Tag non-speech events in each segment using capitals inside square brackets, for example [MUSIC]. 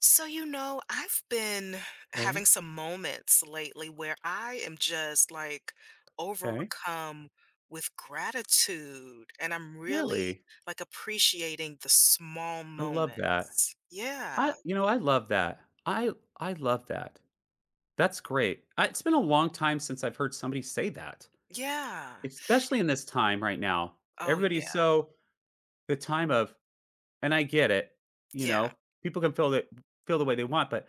I've been Okay, having some moments lately where I am just like okay. overcome with gratitude and I'm really Really? like appreciating the small I love that. moments. Yeah. I love that. I I love that. That's great. It's been a long time since I've heard somebody say that, Yeah. especially in this time right now. Oh, Everybody's yeah. so the time of, and I get it. You Yeah. know, people can feel the way they want, but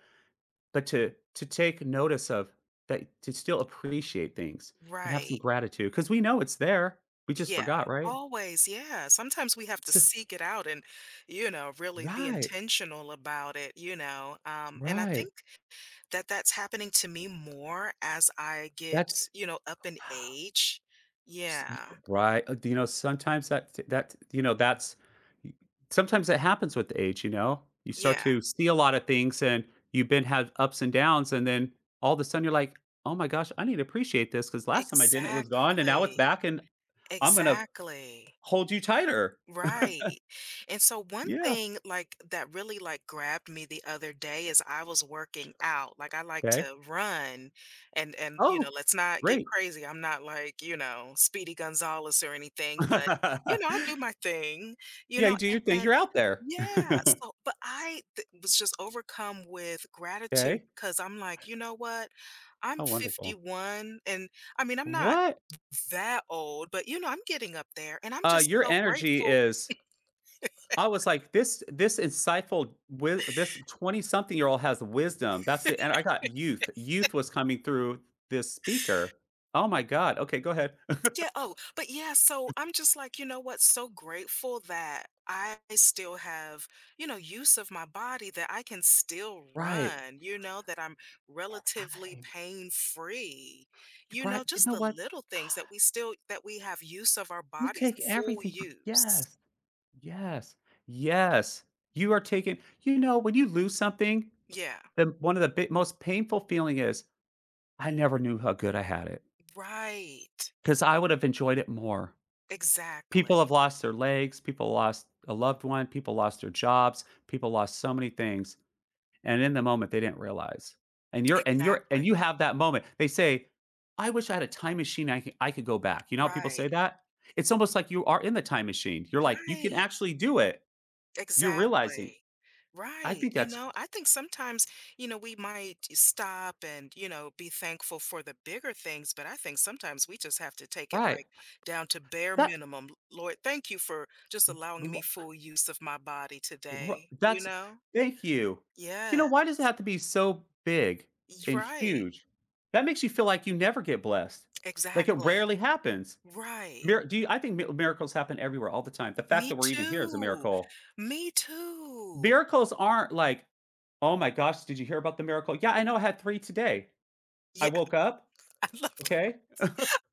but to take notice of that, to still appreciate things and have some Right. gratitude because we know it's there. We just Yeah. forgot, right? Always. Yeah. Sometimes we have to So, seek it out and, really be right, intentional about it, And I right. think that's happening to me more as I get, That's up in age. S y Yeah. Right, y sometimes that happens with age, you know? You start Yeah. to see a lot of things, and you've been have ups and downs, and then all of a sudden, you're like, "Oh my gosh, I need to appreciate this because last time I didn't, it was gone, and now it's Exactly. back, and I'm gonna Exactly. hold you tighter." Right. And so one Yeah, thing like that really like grabbed me the other day is I was working out. Like I like okay. to run and you know, Oh, let's not get great. crazy. I'm not like, you know, Speedy Gonzalez or anything, but you know, I do my [LAUGHS] thing, you Yeah, know, you do your thing, you're and out there. [LAUGHS] yeah, so but was just overcome with gratitude Okay. because I'm like, you know what? I'm Oh, wonderful. 51 and I mean, I'm not What, that old, but you know, I'm getting up there and I'm just your so energy grateful. is I was like, this insightful wi this twenty-something-year-old has wisdom. That's the and I got youth. Youth was coming through this speaker. Oh my god. Okay, go ahead. Yeah. Oh, but yeah. So I'm just like, you know what? So grateful that I still have, you know, use of my body that I can still Right, run, you know, that I'm relatively right, pain free. You right. know, You just know the what? [SIGHS] little things that we still, that we have use of our You bodies, take full everything for use. yes, yes, yes. You are taking you know, when you lose something, Yeah. the one of the big most painful feeling is, "I never knew how good I had it Right. because I would have enjoyed it more." People Exactly. have lost their legs, people lost a loved one, people lost their jobs, people lost so many things, and in the moment, they didn't realize. And you're and Exactly. you have that moment. They say, "I wish I had a time machine, I could go back." You know how people Right. say that? It's almost like you are in the time machine. You're like, you can Right. actually do it. You're realizing, Exactly. I Right. think You that's c know, I think sometimes, you know, we might stop and, you know, be thankful for the bigger things, but I think sometimes we just have to take it right. like down to bare That minimum. Lord, thank you for just allowing me full use of my body Ri today, you that's know? thank you. You Yeah. know, why does it have to be so big and Right. huge? That makes you feel like you never get blessed. Like, it Exactly. rarely happens. Right. Mir do you I think mi miracles happen everywhere all the time. The fact Me that we're even here is a too. miracle. Me too. Miracles aren't like, "Oh my gosh, did you hear about the miracle?" "Yeah, I know I had 3 today. I Yeah. woke up, [LAUGHS] I love okay? that.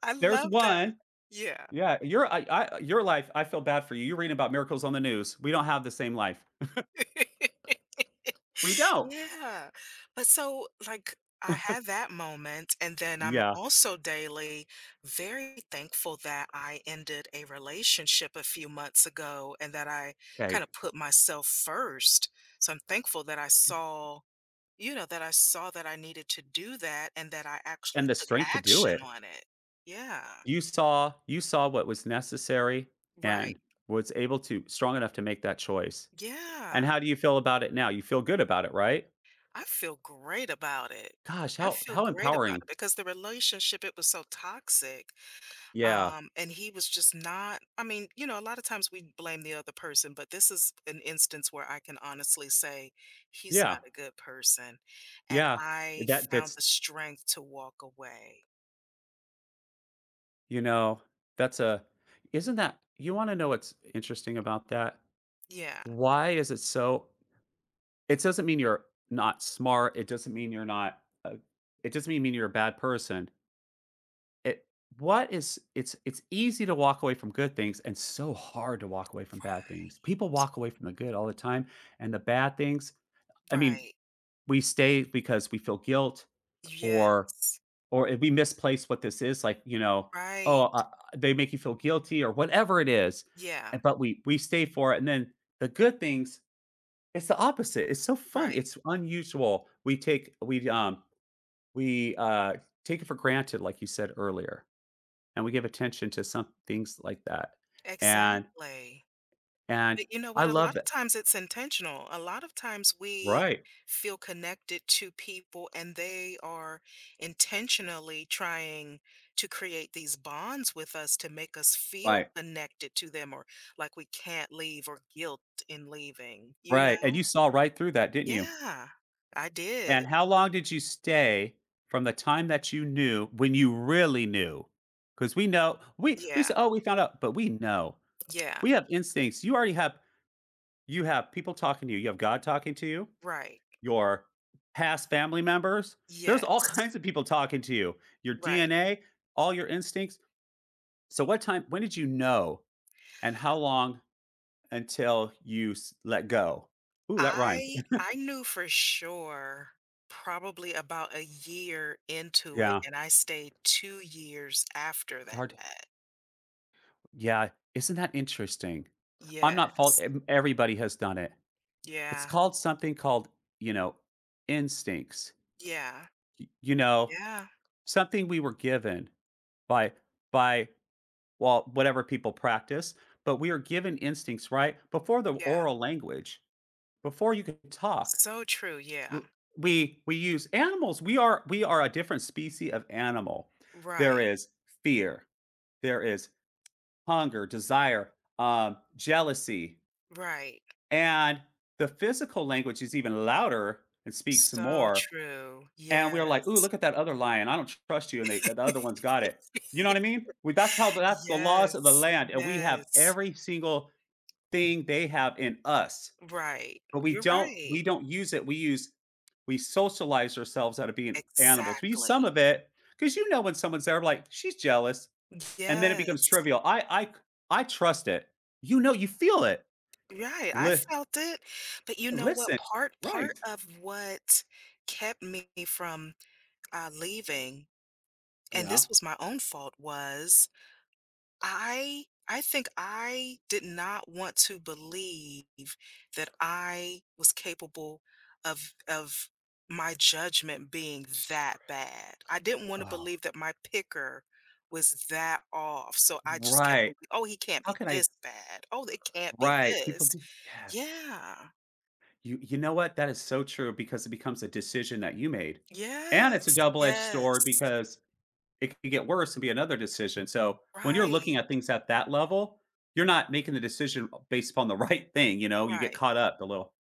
I There's love that. 1." Yeah. Yeah, your I your life, I feel bad for you. You're reading about miracles on the news. We don't have the same life. [LAUGHS] We don't. Yeah. But so, like, I had that moment, and then I'm Yeah, also daily very thankful that I ended a relationship a few months ago and that I kind okay, of put myself first. So I'm thankful that I saw, you know, that I saw that I needed to do that and that I and actually the took strength to do action it. on it. Yeah. You saw what was necessary Right. and was able to strong enough to make that choice. And Yeah. how do you feel about it now? You feel good about it, right? I feel great about it. Gosh, I how feel how great about empowering. it because the relationship, it was so toxic. Yeah. And he was just not I mean, you know, a lot of times we blame the other person, but this is an instance where I can honestly say he's Yeah. not a good person. And Yeah. I That found the that's strength to walk away. you know, that's a isn't that you wanna know what's interesting about that? Yeah. Why is it so it doesn't mean you're not smart, it doesn't mean you're not a it doesn't mean you're a bad person. It what is it's easy to walk away from good things and so hard to walk away from bad Right. things. People walk away from the good all the time, and the bad things, I mean, Right. we stay because we feel guilt or Yes. or if we misplace what this is, like, you know, "Oh, Right. They make you feel guilty," or whatever it is, Yeah. and but we stay for it, and then the good things, it's the opposite. It's so fun, Right. it's unusual. We take it for granted, like you said earlier and we give attention to some things like that, and Exactly. and But you know I what? A love lot of that times it's intentional. A lot of times we Right, feel connected to people and they are intentionally trying to create these bonds with us to make us feel right, connected to them or like we can't leave or guilt in leaving, you right, and you know? saw right through that, didn't you? Yeah, I And did. how long did you stay from the time that you knew when you really knew? Because we know we Yeah, say, "Oh, we found out," but we know. yeah, We have instincts. You already have you have people talking to you. You have God talking to you, right. your past family members. There's all [LAUGHS] Yes, kinds of people talking to you, your right. DNA, all your instincts. So what time when did you know And how long until you s let go? Ooh, that rhymed. I knew for sure probably about a year into it, Yeah. and I stayed 2 years after that. Hard yeah, isn't that interesting? I'm not fault Yes. em everybody has done it. It's Yeah. called something called, you know, instincts. Yeah. Y you know, Yeah. something we were given by by, well, whatever people practice, but we are given instincts, right? Before the Yeah. oral language, before you could talk So true, yeah. W we use animals. We are a different species of animal. There Right. is fear, there is hunger, desire, jealousy, Right. and the physical language is even louder and speaks some So more, true. and we're like, "Ooh, Yes. look at that other lion. I don't trust you," and they the other one's [LAUGHS] got it. You know what I mean? We that's how that's the laws of the Yes. land, and we have Yes. every single thing they have in us. Right. But we You're don't we right. don't use it. We socialize ourselves out of being animals. We use some Exactly. of it because you know when someone's there, like, "She's jealous," and then it becomes Yes. trivial. I trust it. You know, you feel it. Right, I Li felt it, but you know what? listen. Part Right. of what kept me from, leaving, and Yeah. this was my own fault, was I think I did not want to believe that I was capable of my judgment being that bad. I didn't wanna Oh, believe that my picker was that off, so I just kept right. thinking, "Oh, he can't How be can I this bad. Oh, it can't be Right, people this." do Yes. Yeah. You know what? That is so true because it becomes a decision that you made. And it's a Yes, double-edged sword yes. because it could get worse and be another decision. So when you're looking Right, at things at that level, you're not making the decision based upon the [LAUGHS] right thing. You know, you get right, caught up a little.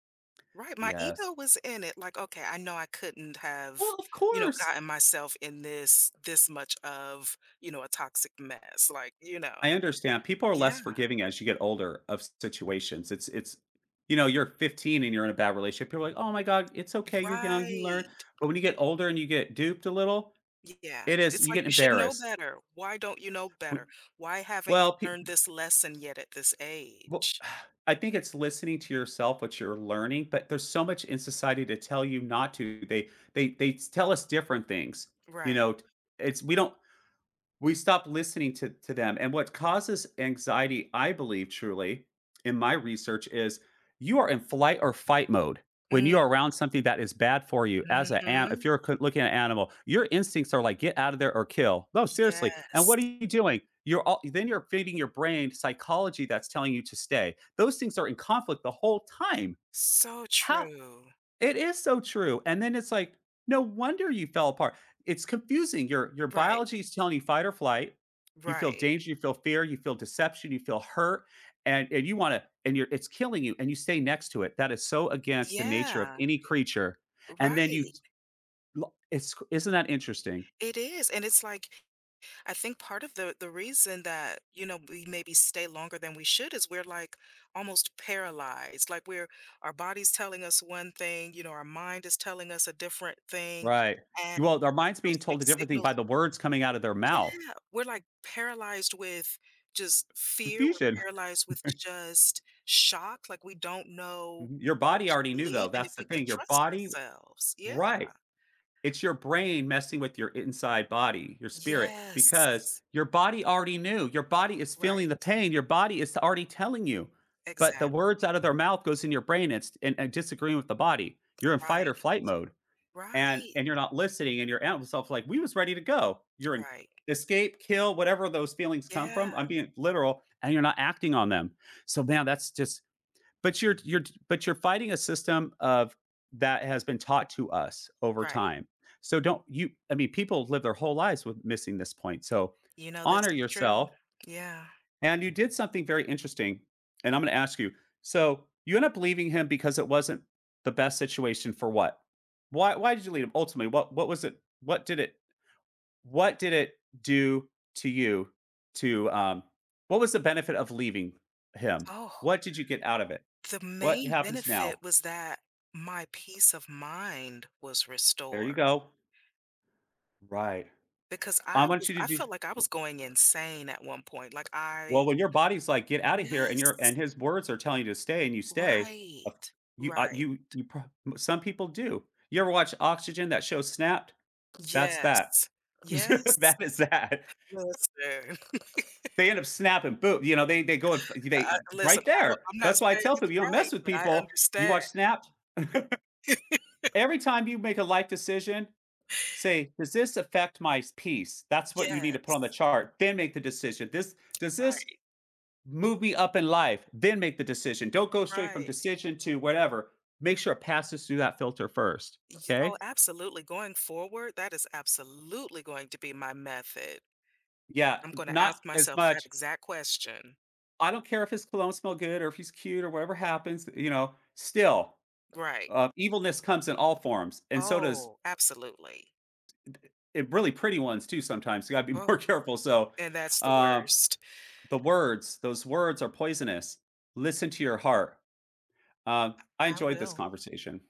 right. My Yes. ego was in it, like, "Okay, I know I couldn't Well, have, of you know, course. gotten myself in this much of, you know, a toxic mess," like, you I know. understand. People are Yeah, less forgiving as you get older of situations. It's you know, you're 15 and you're in a bad relationship. You're like, oh my God, it's okay. You're young, you learn. right. But when you get older and you get duped a little, Yeah. it is It's you like, get "You should know embarrassed. better. Why don't you know We- better? Why haven't you Well, pe- learned this lesson yet at this Well, age?" [SIGHS] I think it's listening to yourself, what you're learning, but there's so much in society to tell you not to. They tell us different things. You Right. know, it's we don't we stop listening to them. And what causes anxiety, I believe truly, in my research, is you are in flight or fight mode. When you are Mm, around something that is bad for you, as if mhm. you're looking at an animal, your instincts are like get out of there or kill. No, seriously. And what are Yes. you doing? You're all then you're feeding your brain psychology that's telling you to stay. Those things are in conflict the whole time. So How true. it is so true, and then it's like, no wonder you fell apart. It's confusing. Your Right, biology is telling you fight or flight. You feel right. danger, you feel fear, you feel deception, you feel hurt, and you're it's killing you, and you stay next to it. That is so against the nature of Yeah. any creature, and then you Right. it's isn't that interesting? It is, and it's like I think part of the reason that, you know, we maybe stay longer than we should is we're, like, almost paralyzed, like, we're our body's telling us one thing, you know, our mind is telling us a different thing, Right. and Well, our because of mind's being those told a mixed different thing by signals. the words coming out of their Yeah, mouth. we're, like, paralyzed with just fear, we're Confusion. paralyzed with just shock, like, we don't know Mm-hmm. Your what body to already knew, though. believe and if That's the we can thing. Your trust body ourselves. Yeah. Right. It's your brain messing with your inside body, your spirit, because Yes. your body already knew. Your body is feeling the Right. pain. Your body is already telling you. But the Exactly. words out of their mouth goes in your brain and disagreeing with the body. You're in fight or Right. flight mode and Right, you're not listening and your animal self like we was ready to go. You're in right. escape, kill, whatever those feelings come from. Yeah, I'm being literal and you're not acting on them. So man, that's just but you're but you're fighting a system of that has been taught to us over right. time. So don't you I mean people live their whole lives with missing this point. So You know, this honor is true. yourself Yeah. and you did something very interesting and I'm going to ask you. So you end up leaving him because it wasn't the best situation for what? Why did you leave him ultimately? What did it do to you to what was the benefit of leaving him? Oh, What did you get out of it? the What main happens now? benefit was that my peace of mind was There you restored go. Right. because I I want was you to I do felt like I was going insane at one point. Like well, I when your body's like, "Get out of here," and your and Yes. his words are telling you to stay and you stay, of Right. you Right. you you pro some people do. You ever watch Oxygen, that show Snapped? That's that. Yes. [LAUGHS] Yes. That is that. Listen. [LAUGHS] They end up snapping, boom, you know, they go and f I they right listen, I don't there. I'm not That's why I saying tell people, it's you don't mess right, with but I people. You understand. watch Snapped, [LAUGHS] every time you make a life decision, say, "Does this affect my s peace?" That's what you need to put on the Yes. chart, then make the decision. This does this Right, move me up in life, then make the decision. Don't go straight from right. decision to whatever. Make sure it passes through that filter first. Y oh, Okay. absolutely, going forward, that is absolutely going to be my method. Yeah. I'm gonna Not ask as myself that much. exact question. I don't care if his cologne smell good or if he's cute or whatever happens, you know, still Right. Evilness comes in all forms. And so does Oh, absolutely. it really pretty ones too. Sometimes you gotta be [LAUGHS] Oh, more careful. So and that's the uh, worst. the words, those words are poisonous. Listen to your heart. I I enjoyed this will. conversation.